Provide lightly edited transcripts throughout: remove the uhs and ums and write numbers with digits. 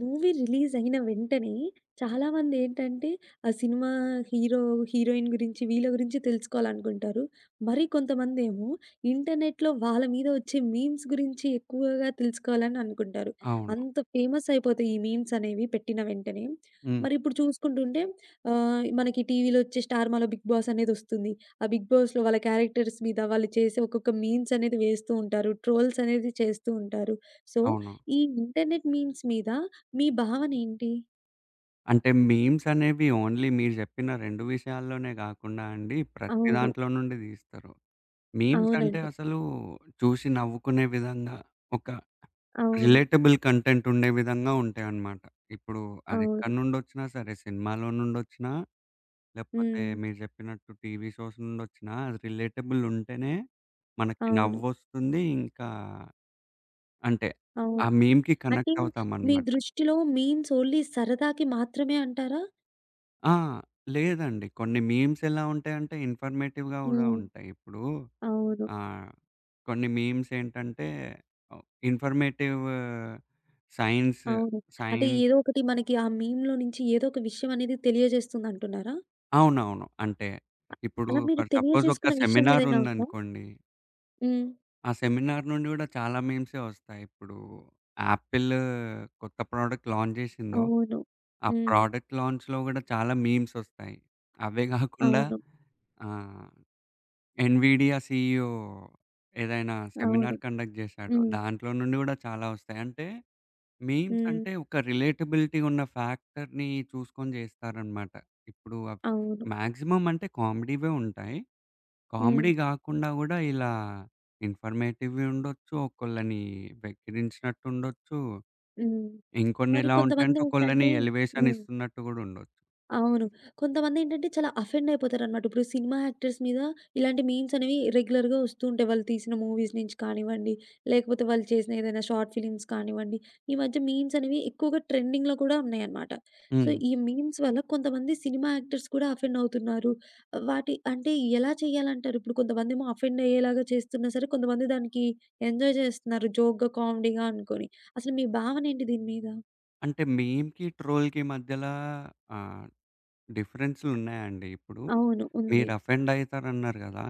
Movie release అయిన వెంటనే చాలామందేంటంటే, ఆ సినిమా హీరో, హీరోయిన్ గురించి వీళ్ళ గురించి తెలుసుకోవాలనుకుంటారు. మరి కొంతమందేమో ఇంటర్నెట్‌లో వాళ్ళ మీద వచ్చే మీమ్స్ గురించి ఎక్కువగా తెలుసుకోవాలని అనుకుంటారు. అవును. అంత ఫేమస్ అయిపోతాయి ఈ మీమ్స్ అనేవి పెట్టిన వెంటనే. హ్మ్. మరిప్పుడు చూసుకుంటుంటే మనకి టీవీలో వచ్చే స్టార్మాలో 'బిగ్ బాస్' అనేదొస్తుంది. ఆ 'బిగ్ బాస్‌లో' వాళ్ళ క్యారెక్టర్స్ మీద వాళ్ళు చేసే ఒక్కొక్క మీమ్స్ అనేది వేస్తూ ఉంటారు. ట్రోల్స్ అనేది చేస్తూ ఉంటారు. సో, అవును. ఈ ఇంటర్నెట్ మీమ్స్ మీద మీ భావనేంటి? అంటే మీమ్స్ అనేవి ఓన్లీ మీరు జెప్పిన 2 విషయాల్లోనే గాకుండా అండి, ప్రతి అవును. దాంట్లో నుండి దీస్తారు. మీమ్స్ అంటే అవునండి. అసలు చూసి నవ్వుకునే విధంగా, ఒక అవును. రిలేటబుల్ కంటెంట్ ఉండే విధంగా ఉంటాయన్నమాట. ఇప్పుడు అవును. అదెక్కడి నుండొచ్చినా సరే, సినిమాలో నుండొచ్చినా, లేకపోతే హ్మ్. మీరు జెప్పినట్టు టీవీ షోస్ నుండొచ్చినా, అది రిలేటబుల్ ఉంటేనే మనకి అవును. నవ్వొస్తుంది. ఇంకా అంటే ఆ అవును. మీమ్‌కి అంటే కనెక్ట్ మీ అవుతామన్నమాట. దృష్టిలో మీమ్స్ ఓన్లీ సరదాకి మాత్రమే అంటారా? ఆ! లేదండి. కొన్ని మీమ్స్ ఎలా ఉంటాయంటే ఇన్ఫర్మేటివ్‌గా గూడా హ్మ్. ఉంటాయి. ఇప్పుడు అవును. ఆహ్, కొన్ని మీమ్స్ ఏంటంటే ఆహ్, ఇన్ఫర్మేటివ్ సైన్స్, అవును. అంటే సైన్స్ ఏదో ఒకటి మనకి ఆ మీమ్‌లో నుంచి ఏదో ఒక విషయం అనేది తెలియజేస్తుందంటున్నారా? అవునవును. అంటే అ ఇప్పుడు అలా మీరు ఫర్ సపోజ్ ఒక తెలియజేసుకున్న విషయం సెమినార్ ఏదైనా ఉందా? ఉందనుకోండి. హ్మ్. ఆ సెమినార్ నుండి గూడా చాలా మీమ్సే వస్తాయి. ఇప్పుడు యాపిల్ కొత్త ప్రొడక్ట్ లాంచ్ జేసిందో, అవును. ఆ హ్మ్. ప్రొడక్ట్ లాంచ్‌లో గూడా చాలా మీమ్స్ వస్తాయి. అవే గాకుండా అవును. ఆ! ఎన్‌విడియా సీఈఓ ఏదైనా అవును. సెమినార్ కండక్ట్ చేశాడు. హ్మ్. దాంట్లో నుండి గూడా చాలా వస్తాయి. అంటే మీమ్స్ హ్మ్. అంటే ఒక రిలేటబిలిటీ ఉన్న ఫ్యాక్టర్‌ని చూసుకొని జేస్తారనమాట. ఇప్పుడు అవి అవును. మాక్సిమం అంటే కామెడీవే ఉంటాయి. హ్మ్. కామెడీ గాకుండా గూడా ఇలా ఇన్ఫర్మేటివ్‌వి ఉండొచ్చు. ఒకళ్ళని వెక్కిరించినట్టు ఉండొచ్చు. హ్మ్. ఇంకొన్ని మరి ఎలా ఉంటాయంటే ఒకళ్ళని కొంతమందేంటంటే, ఎలివేషన్ హ్మ్, ఇస్తున్నట్టు గూడా ఉండొచ్చు. అవును, కొంతమందేంటంటే చాలా అఫెండ్ అయిపోతారనమాట. ఇప్పుడు సినిమా యాక్టర్స్ మీద ఇలాంటి మీమ్స్ అనేవి రెగ్యులర్‌గా వస్తూ ఉంటాయి. వాళ్ళు తీసిన మూవీస్ నుంచి కానివ్వండి, లేకపోతే వాళ్ళు చేసిన ఏదైనా షార్ట్ ఫిలిమ్స్ కానివ్వండి. ఈ మధ్య మీమ్స్ అనేవి ఎక్కువగా ట్రెండింగ్‌లో కూడా ఉన్నాయన్నమాట. సో, హ్మ్. ఈ మీమ్స్ వల్ల కొంతమంది సినిమా యాక్టర్స్ కూడా అఫెండ్ అవుతున్నారు. వాటి అంటే ఎలా చేయాలంటారు? ఇప్పుడు కొంతమందేమో అఫెండ్ అయ్యేలాగా చేస్తున్నా సరే, కొంతమంది దానికి ఎంజాయ్ చేస్తున్నారు జోక్‌గా, కామెడీగా అనుకోని. అసలు మీ భావనేంటి దీని మీద? అంటే మీమ్‌కి, ట్రోల్‌కి మధ్యలా ఆహ్, డిఫరెన్సులున్నాయండి ఇప్పుడు? అవును. ఉంది. మీరు అఫెండ్ అయితారన్నారు గదా!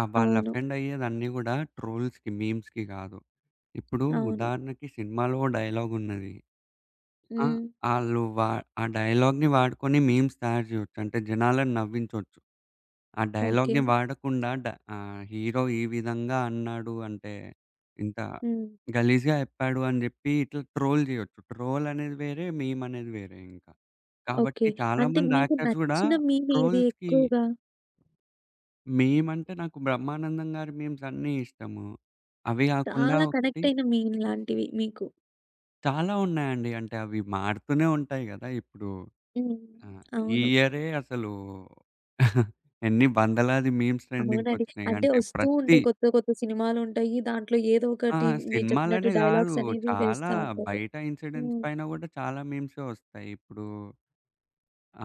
ఆ! వాళ్ళు అవును. అఫెండ్ అయ్యేదన్నీ గూడా ట్రోల్స్‌కి, మీమ్స్‌కి గాదు. ఇప్పుడు అవును. ఉదాహరణకి సినిమాలో డైలాగ్ ఉన్నది. ఆ! హ్మ్. ఆళ్ళు వా ఆ డైలాగ్‌ని వాడుకొని మీమ్స్ తయారు జేయొచ్చు. అంటే జనాలను నవ్వించొచ్చు. ఆ ఓకే. డైలాగ్‌ని వాడకుండా డ హీరో ఈ విధంగా అన్నాడు అంటే, ఇంత హ్మ్. గలీజ్‌గా చెప్పాడు అని జెప్పి ఇట్లా ట్రోల్ జేయొచ్చు. ట్రోల్ అనేది వేరే, మీమ్ అనేది వేరే ఇంకా. కాబట్టి ఓకే. చాలా అంటే మంది మీకు యాక్టర్స్ గూడా నచ్చిన మీమ్ ఏది ట్రోల్స్‌కి ఎక్కువగా? మేమంటే నాకు 'బ్రహ్మానందం' గారి మీమ్స్ అన్నీ ఇష్టము. అవి గాకుండా చాలా ఒకటి కనెక్ట్ అయిన మీమ్ లాంటివి మీకు? చాలా ఉన్నాయండి. అంటే అవి మారుతూనే ఉంటాయి గదా! ఇప్పుడు హ్మ్. ఆహ్, ఈ అవును. ఇయరే అసలు ఎన్ని వందలాది మీమ్స్ అవునండి. ట్రెండింగ్‌కొచ్చినాయి. అంటే అంటే వస్తూ ప్రతి ఉంటాయి. కొత్త కొత్త సినిమాలుంటాయి. దాంట్లో ఏదో ఆ! ఒకటి మీరు చెప్పినట్టు సినిమాలనే గాదు. డైలాగ్స్ అనేవి చాలా వేస్తా ఉంటారు. బయట ఇన్సిడెంట్స్ హ్మ్. పైన గూడా చాలా మీమ్సే వస్తాయి. ఇప్పుడు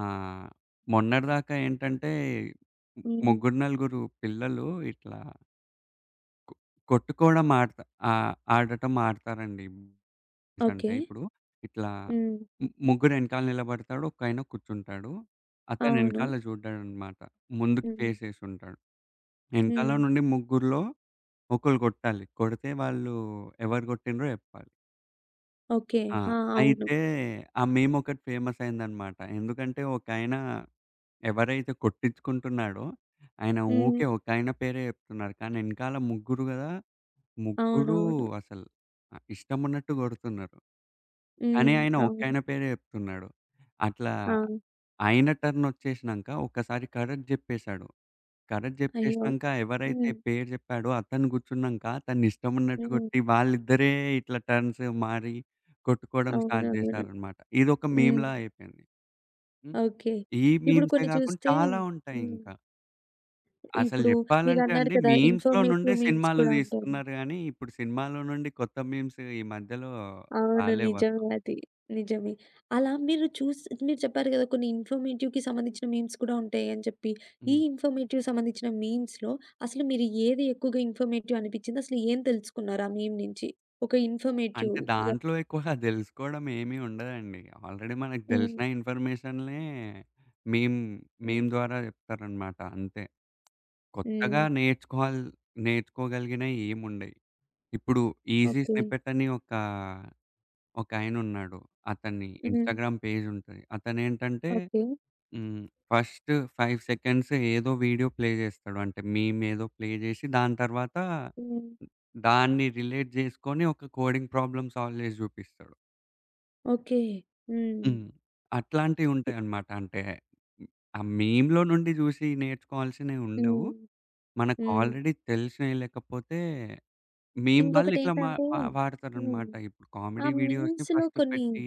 ఆహ్, మొన్నటిదాకా ఏంటంటే, హ్మ్. ముగ్గురు, నలుగురు పిల్లలు ఇట్లా కొ కొట్టుకోవడం ఆడటం ఆడతారండి. Bullies అంటే ఓకే. ఇప్పుడు ఇట్లా హ్మ్. ముగ్గురు ఎనకాల నిలబడతాడు. ఒకాయన కూర్చుంటాడు. అతను అవును. ఎనకాల చూడ్డడనమాట. ముందుకు హ్మ్. ఫేస్ చేసుంటాడు. ఎనకాల హ్మ్. నుండి ముగ్గురిలో ఒకళ్ళు కొట్టాలి. కొడితే వాళ్ళు ఎవరు కొట్టిండ్రో చెప్పాలి. ఓకే. ఆ! ఆ! అవును. అయితే ఆ మీమ్ ఒకటి ఫేమస్ అయిందనమాట. ఎందుకంటే ఒకాయన ఎవరైతే కొట్టించుకుంటున్నాడో ఆయన హ్మ్. ఊకే ఒకాయన పేరే చెప్తున్నారు. కానీ ఎనకాల ముగ్గురు కదా! ముగ్గురు అవునవును. అసలు ఇష్టమున్నట్టు గొడుతున్నారు. కానీ హ్మ్. ఆయన అవును. ఒకాయన పేరే జెప్తున్నాడు. అట్లా ఆ! ఆయన టర్న్ ఒచ్చేసినంక ఒక్కసారి కరెక్ట్ జెప్పేసాడు. కరెక్ట్ అయ్యో! జెప్పేసినంక ఎవరైతే హ్మ్. పేరు జెప్పాడో అతను గూర్చున్నంక తనిష్టమున్నట్టు హ్మ్. గొట్టి వాళ్ళిద్దరే ఇట్లా టర్న్స్ మారి కొట్టుకోవడం స్టార్ట్ అవునవును. జేశారనమాట. ఇదొక హ్మ్. మీమ్‌లా అయిపోయింది. హ్మ్. ఓకే. ఈ ఇప్పుడు మీమ్సే కొన్ని గాకుండా చూస్తే చాలా హ్మ్, ఉంటాయింకా. అసలు ఇప్పుడు జెప్పాలంటే మీరన్నారు అండి కదా! మీమ్స్‌లో నుండే ఇన్ఫర్మేటివ్ మీమ్స్ సినిమాలు కూడా ఉంటాయని. తీస్తున్నారు గానీ, ఇప్పుడు సినిమాలో నుండి కొత్త మీమ్స్ ఈ మధ్యలో అవును, రాలేవసలు. నిజమే అది. నిజమే. అలా మీరు చూసి మీరు చెప్పారు కదా! కొన్ని ఇన్ఫర్మేటివ్‌కి సంబంధించిన మీమ్స్ కూడా ఉంటాయి అని చెప్పి. ఈ హ్మ్. ఇన్ఫర్మేటివ్ సంబంధించిన మీమ్స్‌లో అసలు మీరు ఏది ఎక్కువగా ఇన్ఫర్మేటివ్ అనిపించింది? అసలు ఏం తెలుసుకున్నారు ఆ మీమ్ నుంచి? ఒక అంటే ఇన్ఫర్మేటివ్‌గా దాంట్లో ఎక్కువగా దెలుసుకోవడం ఏమీ ఉండదండి. ఆల్రెడీ మనకు హ్మ్. దెలిసిన ఇన్ఫర్మేషన్‌లే మీమ్ హ్మ్. మీమ్ ద్వారా జెప్తారనమాట అంతే. కొత్తగా హ్మ్. నేర్చుకోవాల్ నేర్చుకోగలిగినయి ఏముండయి. ఇప్పుడు ఈజీ ఓకే. స్నిప్పెట్ అని ఒక ఒకాయనున్నాడు. అతని హ్మ్. ఇన్‌స్టాగ్రామ్ పేజ్ ఉంటది. అతనేంటంటే ఓకే. హ్మ్. ఫస్ట్ 5 సెకండ్స్ ఏదో వీడియో ప్లే జేస్తాడు. అంటే మీమ్ ఏదో ప్లే జేసి దాని తర్వాత హ్మ్. దాన్ని రిలేట్ జేసుకొని ఒక కోడింగ్ ప్రాబ్లమ్ సాల్వ్ జేసి జూపిస్తాడు. ఓకే. హ్మ్. హ్మ్. అట్లాంటివుంటాయన్నమాట. అంటే ఆ మీమ్‌లో నుండి జూసి నేర్చుకోవాల్సినవి ఉండవు. హ్మ్. మనకు హ్మ్. ఆల్రెడీ తెలిసినవి లేకపోతే మీమ్ వాళ్ళు ఇట్లా మా ఇంకొకటేంటంటే, వా హ్మ్, వాడతారన్నమాట. ఇప్పుడు ఆ కామెడీ వీడియోస్‌ని మీమ్స్‌లో ఫస్ట్ కొన్ని, పెట్టి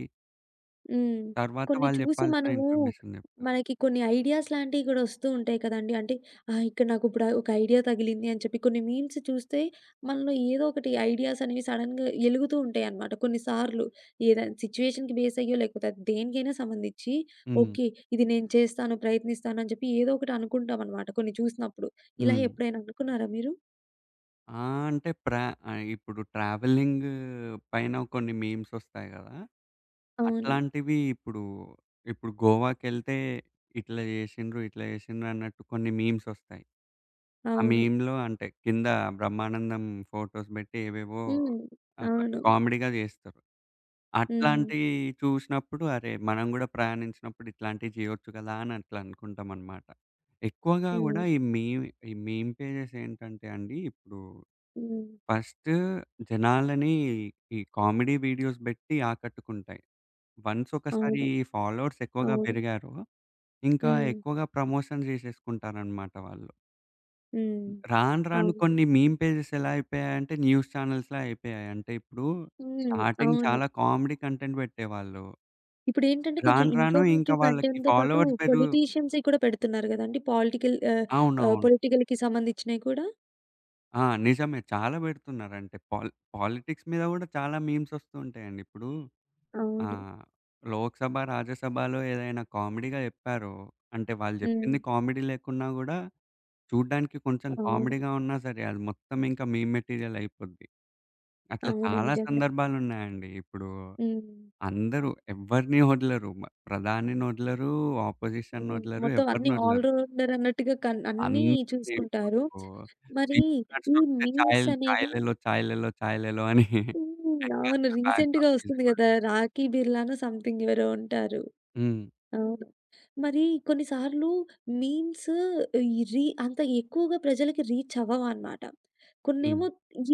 హ్మ్, తర్వాత కొన్ని వాళ్ళు చూసి జెప్పాల్సిన మనము ఇన్ఫర్మేషన్ జెప్తారు. మనకి కొన్ని ఐడియాస్ లాంటివి గూడా ఒస్తూ ఉంటాయి కదండీ! అంటే ఇక్కడ నాకిప్పుడు ఒక ఐడియా తగిలింది అని చెప్పి కొన్ని మీమ్స్ చూస్తే మనలో ఏదో ఒకటి ఐడియాస్ అనేవి సడెన్‌గా ఎలుగుతూ ఉంటాయన్నమాట. కొన్ని సార్లు ఏదైనా సిట్యుయేషన్‌కి బేస్ అయ్యో లేకపోతే అది దేనికైనా సంబంధించి హ్మ్. ఓకే. ఇది నేను చేస్తాను, ప్రయత్నిస్తాను అని చెప్పి ఏదో ఒకటి అనుకుంటామన్నమాట కొన్ని చూసినప్పుడు. ఇలా హ్మ్. ఎప్పుడైనా అనుకున్నారా మీరు? ఆ! అంటే ప్రా ఇప్పుడు ట్రావెలింగ్ పైన కొన్ని మీమ్సొస్తాయి గదా! అవును. అట్లాంటివి ఇప్పుడు, ఇప్పుడు గోవాకెళ్తే ఇట్లా జేసిండ్రు, ఇట్లా జేసిండ్రు అన్నట్టు కొన్ని మీమ్సొస్తాయి. ఆ అవును. మీమ్‌లో అంటే కింద బ్రహ్మానందం ఫోటోస్ బెట్టి ఏవేవో హ్మ్. అట్లా అవును. కామెడీగా జేస్తారు. హ్మ్. అట్లాంటియి చూసినప్పుడు అరే! మనం గూడా ప్రయాణించినప్పుడు ఇట్లాంటివి జేయొచ్చు గదా! అని అట్లా అనుకుంటామనమాట. ఎక్కువగా గూడా హ్మ్. ఈ మీమ్ పేజెస్ ఏంటంటే అండి ఇప్పుడు హ్మ్. ఫస్ట్ జనాలని ఈ కామెడీ వీడియోస్ బెట్టి ఆకట్టుకుంటాయి. వన్స్ ఒకసారి అవును. ఈ ఫాలోవర్స్ ఎక్కువగా అవును. పెరిగారో, ఇంకా హ్మ్. ఎక్కువగా ప్రమోషన్ జేసేసుకుంటారనమాట వాళ్ళు. హ్మ్. రాను రాను అవును. కొన్ని మీమ్ పేజెస్ ఎలా అయిపోయాయంటే న్యూస్ ఛానెల్స్‌లా అయిపోయాయి. అంటే ఇప్పుడు హ్మ్. స్టార్టింగ్ అవును. చాలా కామెడీ కంటెంట్ బెట్టేవాళ్ళు. ఇప్పుడేంటంటే కొంచెం రాను రాను ఇంకా ఇన్ఫర్మేటివ్ వాళ్ళకి కంటెంట్‌తో పాటు ఫాలోవర్స్ పెరుగు పొలిటీషియన్స్‌వి కూడా పెడుతున్నారు గదా! అండి. పొలిటికల్ అవునవును. పొలిటికల్‌కి సంబంధించినయి కూడా. ఆ! నిజమే. చాలా బెడుతున్నారంటే పాలిటిక్స్ మీద గూడా చాలా మీమ్స్ ఒస్తూ ఉంటాయండి ఇప్పుడు. ఆ! అవును. లోక్‌సభ, రాజ్యసభలో ఏదైనా కామెడీగా జెప్పారో, అంటే వాళ్ళు హ్మ్. జెప్పింది కామెడీ లేకున్నా గూడా చూడ్డానికి కొంచెం అవును. కామెడీగా ఉన్నా సరే, అది మొత్తం ఇంకా మీమ్ మెటీరియల్ అయిపోద్ది. అట్లా అవును, చాలా నిజంగా. సందర్భాలున్నాయండి. ఇప్పుడు హ్మ్. అందరూ ఎవ్వరిని వదలరు. మ ప్రధానిని వదలరు, ఆపోజిషన్‌ని హ్మ్. వదలరు, మొత్తం అన్నీ ఆల్ ఎవరినొదలరు. రౌండర్ అన్నట్టుగా కన్ అన్నీ అందరూ చూసుకుంటారు. ఇప్పుడు మరి ఈ వస్తే మీమ్స్ చాయ్ అనేవి లెలో, చాయ్ లెలో, చాయ్ లెలో అని హ్మ్, అవును, వెనకాల రీసెంట్‌గా బ్యాక్‌గ్రౌండ్ వస్తుంది మ్యూజిక్ గదా! రాఖీ బిర్లానో సంథింగ్ ఎవరో ఉంటారు. హ్మ్. అవును. మరి కొన్నిసార్లు మీమ్స్ ఈ రీ అంత ఎక్కువగా ప్రజలకి రీచ్ అవ్వవనమాట. హ్మ్. కొన్నేమో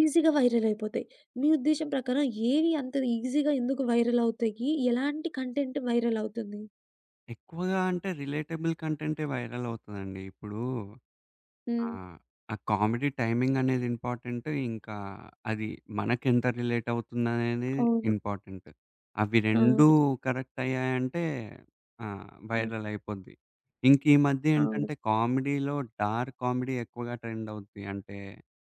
ఈజీగా వైరల్ అయిపోతాయి. మీ ఉద్దేశం ప్రకారం ఏవి అంత ఈజీగా ఎందుకు వైరల్ అవుతాయి? ఎలాంటి కంటెంట్ వైరల్ అవుతుంది? ఎక్కువగా అంటే రిలేటబుల్ కంటెంటే వైరల్ అవుతదండి. ఇప్పుడు హ్మ్. ఆహ్, ఆ కామెడీ టైమింగ్ అనేది ఇంపార్టెంట్. ఇంకా అది మనకెంత రిలేట్ అవుతుందనేది అవును. ఇంపార్టెంట్. అవి 2 అవును. కరెక్ట్ అయ్యాయంటే హ్మ్. వైరల్ అయిపోద్ది. ఇంక ఈ మధ్య అవును. ఏంటంటే కామెడీలో డార్క్ కామెడీ ఎక్కువగా ట్రెండ్ అవుద్ది. అంటే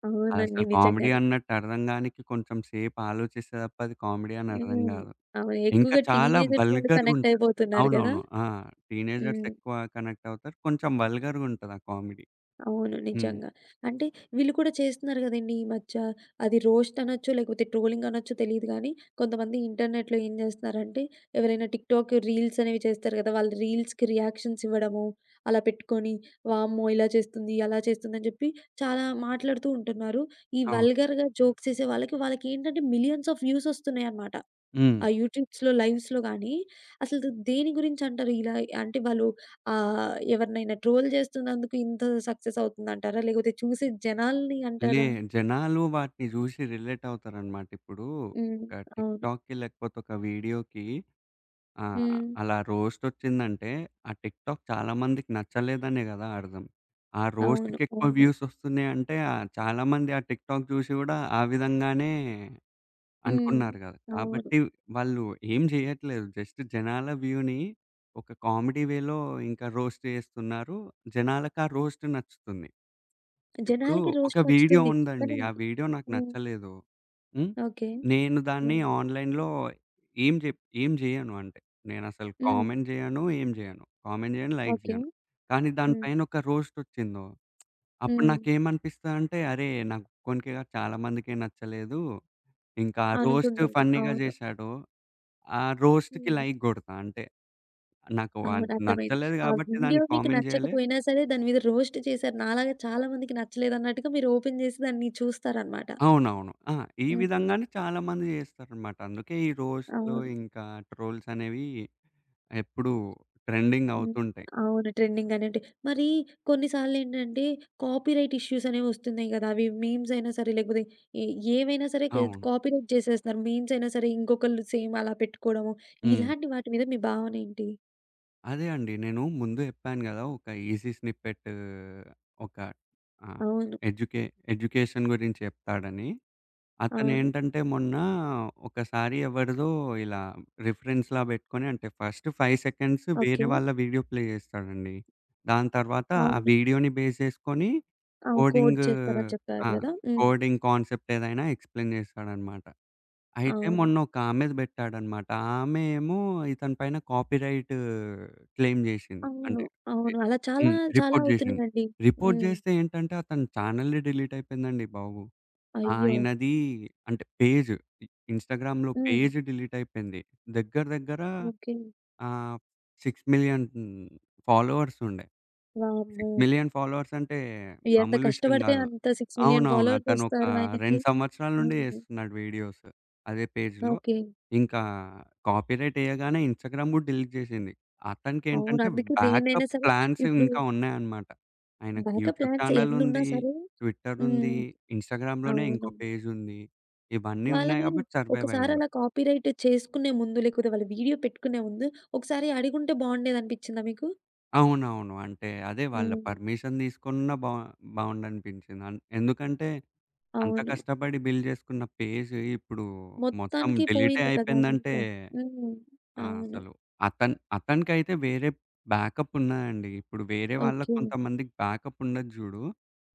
అవునండి, అసలు కామెడీ నిజంగానే. అన్నట్టు అర్థం గానికి కొంచెం సేపు ఆలోచిస్తే తప్ప అది కామెడీ అని అర్థం హ్మ్. గాదు. అవును. ఇంకా ఎక్కువగా చాలా టీనేజర్స్ వాళ్ళు కనెక్ట్ వల్గర్‌గుంటది. అయిపోతున్నారు కదా! అవునవును. ఆ! టీనేజర్స్ హ్మ్. ఎక్కువ కనెక్ట్ అవుతారు. కొంచెం వల్గర్‌గుంటది ఆ కామెడీ. అవును, హ్మ్. నిజంగా. అంటే వీళ్ళు కూడా చేస్తున్నారు గదండీ! ఈ మధ్య. అది రోస్ట్ అనొచ్చు, లేకపోతే ట్రోలింగ్ అనొచ్చు తెలీదు గానీ, కొంతమంది ఇంటర్నెట్‌లో ఏం జేస్తున్నారంటే, ఎవరైనా టిక్‌టాక్ రీల్స్ అనేవి చేస్తారు గదా! వాళ్ళ రీల్స్‌కి రియాక్షన్స్ ఇవ్వడము, అలా పెట్టుకొని వామ్మో! ఇలా చేస్తుంది, అలా చేస్తుంది అని జెప్పి చాలా మాట్లాడుతూ ఉంటున్నారు. ఈ అవును. వల్గర్‌గా జోక్స్ చేసే వాళ్ళకి, వాళ్ళకేంటంటే మిలియన్స్ ఆఫ్ వ్యూస్ ఒస్తున్నాయన్నమాట. హ్మ్. ఆ యూట్యూబ్స్‌లో, లైవ్స్‌లో గానీ అసలు దేని గురించంటారు? ఇలా అంటే వాళ్ళు ఎవరినైనా ట్రోల్ చేస్తున్నందుకు ఇంత సక్సెస్ అవుతుందంటారా? లేకపోతే చూసే జనాల్ని లే అంటారా? జనాలు వాటిని జూసి రిలేట్ అవుతారనమాట. ఇప్పుడు హ్మ్. ఒక అవును. టిక్‌టాక్‌కి లేకపోతే ఒక వీడియోకి ఆహ్, హ్మ్. అలా రోస్ట్ వచ్చిందంటే ఆ టిక్‌టాక్ చాలా మందికి నచ్చలేదనే గదా అర్థం. ఆ అవును. రోస్ట్‌కి ఎక్కువ అవును. వ్యూస్ వస్తున్నాయంటే చాలా మంది ఆ టిక్‌టాక్ జూసి గూడా ఆ విధంగానే హ్మ్. అనుకున్నారు గదా! అవును. కాబట్టి వాళ్ళు ఏం జేయట్లేదు. జస్ట్ జనాల వ్యూని ఒక కామెడీ వేలో ఇంకా రోస్ట్ చేస్తున్నారు. జనాలకా రోస్ట్ నచ్చుతుంది. ఇప్పుడు జనాలకి ఒక రోస్ట్ వీడియో నచ్చుతుంది. ఉందండి. కానీ ఆ వీడియో నాకు హ్మ్. నచ్చలేదు. హ్మ్. ఓకే. నేను దాన్ని హ్మ్. ఆన్‌లైన్‌లో ఏం జేయను అంటే. నేనసలు హ్మ్. కామెంట్ జేయను, ఏం జేయను. కామెంట్ జేయను, లైక్ ఓకే. జేయను. కానీ దాని హ్మ్. పైన ఒక రోస్ట్ వచ్చిందో అప్పుడు హ్మ్. నాకేమనిపిస్తదంటే, అరే! నాకొక్కనికే గాదు చాలా మందికే నచ్చలేదు ఇంకా ఆ రోస్ట్ అనుకుంటారు, ఫన్నీగా అవును. జేశాడో, ఆ రోస్ట్‌కి హ్మ్. లైక్ గొడతా. అంటే నాకు అవును, అది అర్థమైంది. నచ్చలేదు ఆ గాబట్టి వీడియో దానికి మీకు కామెంట్ జేయలే. నచ్చకపోయినా సరే దాని మీద రోస్ట్ చేశారు. నాలాగా చాలా మందికి నచ్చలేదన్నట్టుగా మీరు ఓపెన్ చేసి దాన్ని చూస్తారనమాట. అవునవును. ఆ! ఈ హ్మ్. విధంగానే చాలా మంది జేస్తారనమాట. అందుకే ఈ రోస్ట్‌లు అవును. ఇంకా ట్రోల్స్ అనేవి ఎప్పుడూ ట్రెండింగ్ హ్మ్. అవుతుంటాయి. అవును, ట్రెండింగ్ అనేటి. మరి కొన్నిసార్లేంటంటే కాపీరైట్ ఇష్యూస్ అనేవి వస్తున్నాయి కదా! అవి మీమ్స్ అయినా సరే లేకపోతే ఏ ఏవైనా సరే అవును. కాపీరైట్ చేసేస్తున్నారు. మీమ్స్ అయినా సరే ఇంకొకళ్ళు సేమ్ అలా పెట్టుకోవడము. హ్మ్. ఇలాంటి వాటి మీద మీ భావన ఏంటి? అదే అండి. నేను ముందు జెప్పాను గదా! ఒక ఈజీ స్నిప్పెట్ ఒక ఆహ్, అవును. ఎడ్యుకే ఎడ్యుకేషన్ గురించి జెప్తాడని. అవును. అతనేంటంటే మొన్న ఒకసారి ఎవరిదో ఇలా రిఫరెన్స్‌లా బెట్టుకొని అంటే ఫస్ట్ 5 సెకండ్స్ ఓకే. వేరే వాళ్ళ వీడియో ప్లే జేస్తాడండి. దాని తర్వాత ఆ అవును. వీడియోని బేస్ జేసుకొని అవును, కోట్ కోడింగ్ చేస్తారని ఆ! చెప్పారు కదా! హ్మ్. కోడింగ్ కాన్సెప్ట్ ఏదైనా ఎక్స్‌ప్లెయిన్ జేస్తాడనమాట. అయితే అవును. మొన్న ఒక ఆమెది బెట్టాడనమాట. ఆమె ఏమో ఇతని పైన కాపీరైట్ క్లెయిమ్ జేసింది. అవును. అంటే రి అవును, అలా చాలా, హ్మ్. చాలా రిపోర్ట్ జేసింది. అవుతున్నాయండి. రిపోర్ట్ హ్మ్. జేస్తే ఏంటంటే అతని ఛానెలే డిలీట్ అయిపోయిందండి బాబు. అయ్యో! ఆయనది అంటే పేజ్. ఇ ఇన్‌స్టాగ్రామ్‌లో హ్మ్. పేజ్ డిలీట్ అయిపోయింది. దగ్గర దగ్గర ఓకే. ఆహ్, 6,000,000 ఫాలోవర్స్ ఉండే. వామ్మో! 6,000,000 ఫాలోవర్స్ అంటే ఎంత మామూలు విషయం కష్టపడితే గాదు. అంత 6,000,000 అవునవును. ఫాలోవర్స్ అతను ఒక వస్తారు ఆయనకి. 2 సంవత్సరాల నుండి హ్మ్. చేస్తున్నాడు వీడియోస్ అదే పేజ్‌లో. ఓకే. ఇంకా కాపీరైట్ ఎయగానే ఇన్‌స్టాగ్రామ్ గూడా డిలీట్ చేసింది. అవును, అతనికేంటంటే అందుకే దేన్నైనా బ్యాకప్ సరే ప్లాన్స్ ఇప్పుడు ఇంకా ఉన్నాయన్నమాట. ఆయనకి బ్యాకప్ యూట్యూబ్ ప్లాన్స్ ఛానెల్ ఎన్నున్నా ఉంది, సరే ట్విట్టర్ ఉంది, హ్మ్, ఇన్‌స్టాగ్రామ్‌లోనే ఇంకో అవును, పేజ్ ఉంది. ఇవన్నీ ఉన్నాయి వాళ్ళని గాబట్టి సర్వైవ్ ఒకసారి అయిండు. అలా కాపీరైట్ చేసుకునే ముందు, లేకపోతే వాళ్ళ వీడియో పెట్టుకునే ముందు ఒకసారి అడిగుంటే బావుండేదనిపించిందా మీకు? అవునవును. అంటే అదే వాళ్ళ హ్మ్. పర్మిషన్ తీసుకున్నా బావుండనిపించింది. అన్ ఎందుకంటే అంత అవును, కష్టపడి బిల్డ్ చేసుకున్న పేజ్ ఇప్పుడు మొత్తం మొత్తానికి డిలీటే పోయింది కదా! అయిపోయిందంటే ఇంకా. హ్మ్. ఆ! అవును. అసలు అతనికైతే వేరే బ్యాకప్ ఉన్నాయండి. ఇప్పుడు వేరే వాళ్ళకి ఓకే. కొంతమందికి బ్యాకప్ ఉండదు జూడు.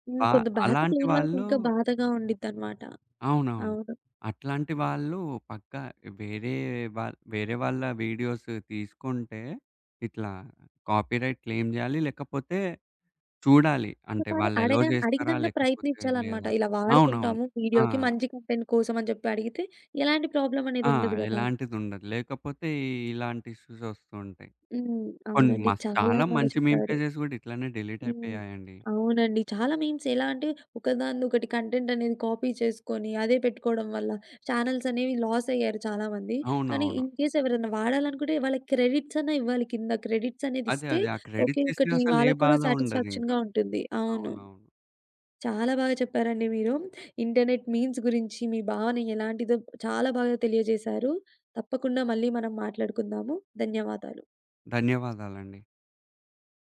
హ్మ్, వా కొంత బ్యాక్ అలాంటి పెయిన్ వాళ్ళకి వాళ్ళు ఇంకా బాధగా ఉండిద్దనమాట. అవునవును. అవును. అట్లాంటి వాళ్ళు పక్కా వేరే వా వేరే వాళ్ళ వీడియోస్ తీసుకుంటే ఇట్లా కాపీరైట్ క్లెయిమ్ జేయాలి. లేకపోతే చూడాలి. అంటే ఒకసారి వాళ్ళు అలో అడగ జేస్తారా? అడిగినంగా లేకపోతే ప్రయత్నించాలనమాట. లేదా? ఇలా అవునవును. వాడుకుంటాము ఆ! వీడియోకి మంచి కంటెంట్ కోసం అని చెప్పి అడిగితే ఎలాంటి ప్రాబ్లమ్ అనేది ఆ! ఉండదు గదా! ఎలాంటిదుండదు. లేకపోతే ఇలాంటి ఇష్యూస్ ఒస్తూ ఉంటాయి. హ్మ్. కొన్ని అవునండి, మస్ చాలా చాలా బాగా మంచి మీమ్ చెప్పారు. పేజెస్ గూడా ఇట్లనే డిలీట్ హ్మ్. అయిపోయాయండి. అవునండి, చాలా మీమ్స్ ఎలా అంటే ఒకదానిదొకటి కంటెంట్ అనేది కాపీ చేసుకొని అదే పెట్టుకోవడం వల్ల చానెల్స్ అనేవి లాస్ అయ్యారు చాలామంది. కానీ అవునవును. ఇన్‌కేస్ ఎవరైనా వాడాలనుకుంటే వాళ్ళకి క్రెడిట్స్ అన్నా ఇవ్వాలి కింద. క్రెడిట్స్ అనేది అదే. ఇస్తే అదే. ఆ ఓకే. క్రెడిట్స్ ఇస్తే ఒకటి అసలు ఏ వాళ్ళకి కూడా బాధ ఉండదింకా. సాటిస్ఫాక్షన్‌గా ఉంటుంది. అవును. అవునవును. చాలా బాగా చెప్పారండి మీరు. ఇంటర్నెట్ మీమ్స్ గురించి మీ భావన ఎలాంటిదో చాలా బాగా తెలియజేశారు. తప్పకుండా మళ్ళీ మనం మాట్లాడుకుందాము. ధన్యవాదాలు. ధన్యవాదాలండి.